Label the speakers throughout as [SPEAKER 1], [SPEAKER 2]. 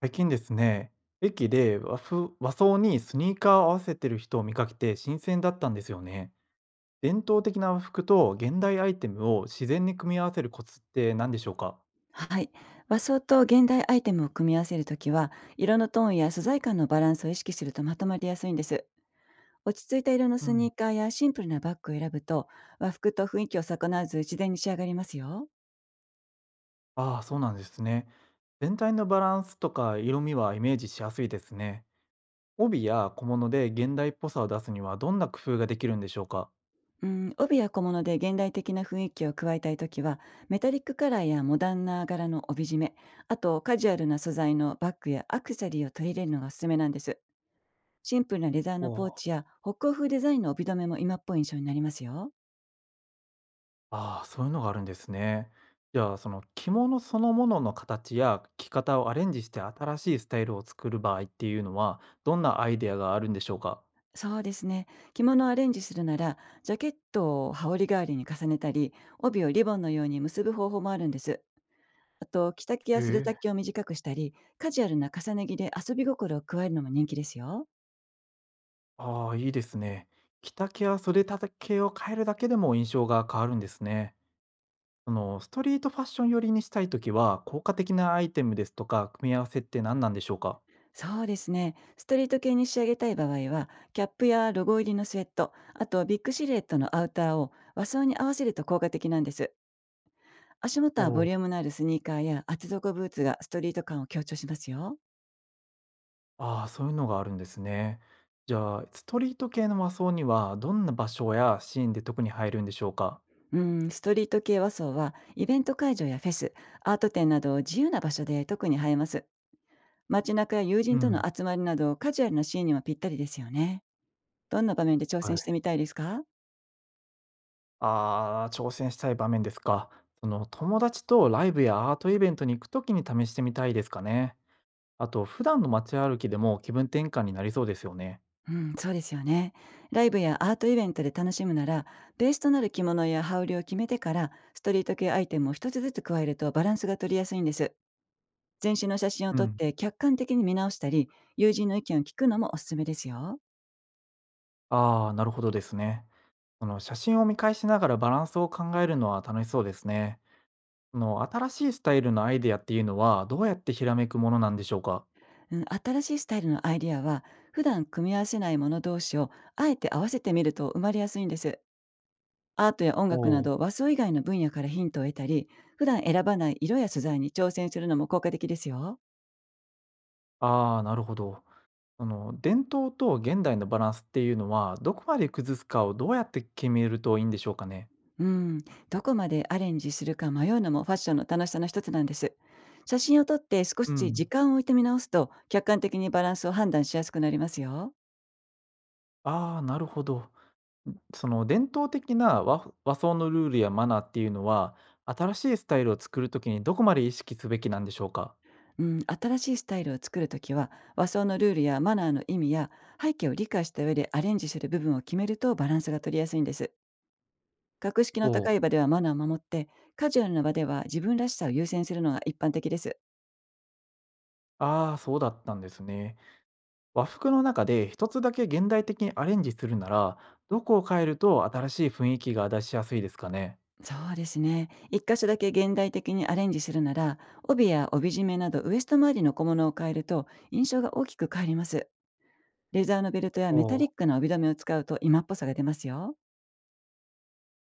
[SPEAKER 1] 最近ですね、駅で和風和装にスニーカーを合わせてる人を見かけて新鮮だったんですよね。伝統的な和服と現代アイテムを自然に組み合わせるコツって何でしょうか。
[SPEAKER 2] はい。和装と現代アイテムを組み合わせるときは、色のトーンや素材感のバランスを意識するとまとまりやすいんです。落ち着いた色の
[SPEAKER 1] う
[SPEAKER 2] ス
[SPEAKER 1] ん。
[SPEAKER 2] ニーカーやシンプルなバッグを選ぶと、和服と雰囲気を損なわず自然に仕上がりますよ。
[SPEAKER 1] ああ、そうなんですね。全体のバランスとか色味はイメージしやすいですね。帯や小物で現代っぽさを出すにはどんな工夫ができるんでしょうか。
[SPEAKER 2] うん、帯や小物で現代的な雰囲気を加えたいときは、メタリックカラーやモダンな柄の帯締め、あとカジュアルな素材のバッグやアクセサリーを取り入れるのがおすすめなんです。シンプルなレザー
[SPEAKER 1] お
[SPEAKER 2] のポー
[SPEAKER 1] お。
[SPEAKER 2] チや北欧風デザインの帯留めも今っぽい印象になりますよ。
[SPEAKER 1] ああ、そういうのがあるんですね。じゃあ、その着物そのものの形や着方をアレンジして新しいスタイルを作る場合っていうのは、どんなアイデアがあるんでしょうか？
[SPEAKER 2] そうですね。着物をアレンジするなら、ジャケットを羽織代わりに重ねたり、帯をリボンのように結ぶ方法もあるんです。あと、着丈
[SPEAKER 1] え
[SPEAKER 2] や袖丈を
[SPEAKER 1] え。
[SPEAKER 2] 短くしたり、カジュアルな重ね着で遊び心を加えるのも人気ですよ。
[SPEAKER 1] ああ、いいですね。着丈や袖丈を変えるだけでも印象が変わるんですね。そのストリートファッション寄りにしたいときは、効果的なアイテムですとか、組み合わせって何なんでしょうか？
[SPEAKER 2] そうですね。ストリート系に仕上げたい場合は、キャップやロゴ入りのスウェット、あとビッグシルエットのアウターを和装に合わせると効果的なんです。足元
[SPEAKER 1] お
[SPEAKER 2] はボリ
[SPEAKER 1] お。
[SPEAKER 2] ュームのあるスニーカーや厚底ブーツがストリート感を強調しますよ。
[SPEAKER 1] ああ、そういうのがあるんですね。じゃあ、ストリート系の和装にはどんな場所やシーンで特に入るんでしょうか？
[SPEAKER 2] うん、ストリート系和装はイベント会場やフェス、アート展など自由な場所で特に映えます。街中や友
[SPEAKER 1] う
[SPEAKER 2] 人と
[SPEAKER 1] ん、
[SPEAKER 2] の集まりなどカジュアルなシーンにはぴったりですよね。どんな場面で挑
[SPEAKER 1] は
[SPEAKER 2] 戦
[SPEAKER 1] い。
[SPEAKER 2] してみたいですか？
[SPEAKER 1] ああ、挑戦したい場面ですか。その友達とライブやアートイベントに行くときに試してみたいですかね。あと、普段の街歩きでも気分転換になりそうですよね。
[SPEAKER 2] うん、そうですよね。ライブやアートイベントで楽しむなら、ベースとなる着物や羽織を決めてから、ストリート系アイテムを一つずつ加えるとバランスが取りやすいんです。全身の写真を
[SPEAKER 1] う
[SPEAKER 2] 撮っ
[SPEAKER 1] ん。
[SPEAKER 2] て客観的に見直したり、友人の意見を聞くのもおすすめですよ。
[SPEAKER 1] ああ、なるほどですね。その写真を見返しながらバランスを考えるのは楽しそうですね。その新しいスタイルのアイデアっていうのはどうやってひらめくものなんでしょうか。
[SPEAKER 2] うん、新しいスタイルのアイディアは、普段組み合わせないもの同士をあえて合わせてみると生まれやすいんです。アートや音
[SPEAKER 1] お
[SPEAKER 2] 楽な
[SPEAKER 1] お。
[SPEAKER 2] ど和装以外の分野からヒントを得たり、普段選ばない色や素材に挑戦するのも効果的ですよ。
[SPEAKER 1] ああ、なるほど。その伝統と現代のバランスっていうのはどこまで崩すかをどうやって決めるといいんでしょうかね。
[SPEAKER 2] うん、どこまでアレンジするか迷うのもファッションの楽しさの一つなんです。写真を撮って少
[SPEAKER 1] う
[SPEAKER 2] し時
[SPEAKER 1] ん。
[SPEAKER 2] 間を置いて見直すと客観的にバランスを判断しやすくなりますよ。
[SPEAKER 1] ああ、なるほど。その伝統的な和装のルールやマナーっていうのは、新しいスタイルを作るときにどこまで意識すべきなんでしょうか？
[SPEAKER 2] うん、新しいスタイルを作るときは、和装のルールやマナーの意味や背景を理解した上でアレンジする部分を決めるとバランスが取りやすいんです。格式の
[SPEAKER 1] お
[SPEAKER 2] 高い
[SPEAKER 1] う。
[SPEAKER 2] 場ではマナーを守って、カジュアルな場では自分らしさを優先するのが一般的です。
[SPEAKER 1] ああ、そうだったんですね。和服の中で一つだけ現代的にアレンジするなら、どこを変えると新しい雰囲気が出しやすいですかね？
[SPEAKER 2] そうですね、一箇所だけ現代的にアレンジするなら、帯や帯締めなどウエスト周りの小物を変えると印象が大きく変わります。レザーのベルトやメタ
[SPEAKER 1] おう。
[SPEAKER 2] リックな帯留めを使うと今っぽさが出ますよ。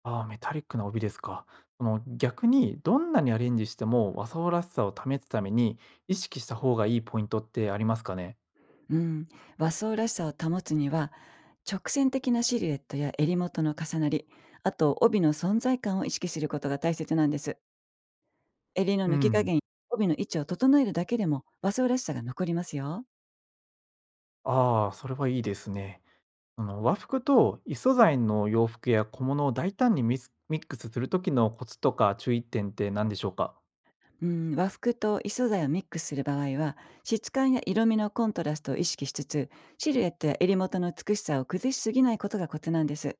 [SPEAKER 1] ああ、メタリックな帯ですか。その逆にどんなにアレンジしても和装らしさを保つために意識した方がいいポイントってありますかね？
[SPEAKER 2] うん、和装らしさを保つには、直線的なシルエットや襟元の重なり、あと帯の存在感を意識することが大切なんです。襟の
[SPEAKER 1] う
[SPEAKER 2] 抜き加
[SPEAKER 1] ん。
[SPEAKER 2] 減、帯の位置を整えるだけでも和装らしさが残りますよ。
[SPEAKER 1] ああ、それはいいですね。あの和服と異素材の洋服や小物を大胆にミスミックスするときのコツとか注意点って何でしょうか？
[SPEAKER 2] うん、和服と異素材をミックスする場合は、質感や色味のコントラストを意識しつつ、シルエットや襟元の美しさを崩しすぎないことがコツなんです。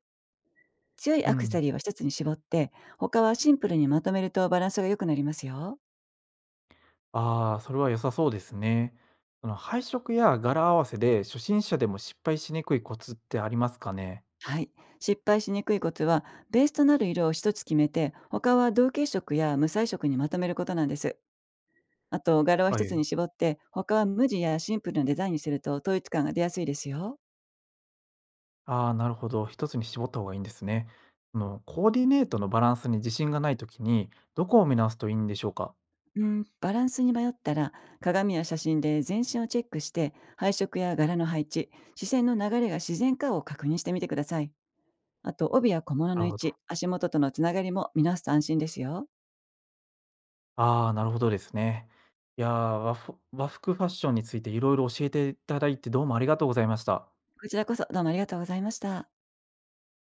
[SPEAKER 2] 強い
[SPEAKER 1] う
[SPEAKER 2] アクセ
[SPEAKER 1] ん。
[SPEAKER 2] サリーは一つに絞って、他はシンプルにまとめるとバランスが良くなりますよ。
[SPEAKER 1] ああ、それは良さそうですね。その配色や柄合わせで初心者でも失敗しにくいコツってありますかね？
[SPEAKER 2] はい。失敗しにくいコツは、ベースとなる色を一つ決めて、他は同系色や無彩色にまとめることなんです。あと、柄は
[SPEAKER 1] は
[SPEAKER 2] 一つ
[SPEAKER 1] い。
[SPEAKER 2] に絞って、他は無地やシンプルなデザインにすると統一感が出やすいですよ。
[SPEAKER 1] ああ、なるほど。一つに絞った方がいいんですね。そのコーディネートのバランスに自信がないときに、どこを見直すといいんでしょうか？
[SPEAKER 2] うん、バランスに迷ったら、鏡や写真で全身をチェックして、配色や柄の配置、視線の流れが自然かを確認してみてください。あと、帯や小物
[SPEAKER 1] な
[SPEAKER 2] の
[SPEAKER 1] る
[SPEAKER 2] 位
[SPEAKER 1] ほど。
[SPEAKER 2] 置、足元とのつながりも見直すと安心ですよ。
[SPEAKER 1] ああ、なるほどですね。いや、和服ファッションについていろいろ教えていただいて、どうもありがとうございました。
[SPEAKER 2] こちらこそどうもありがとうございました。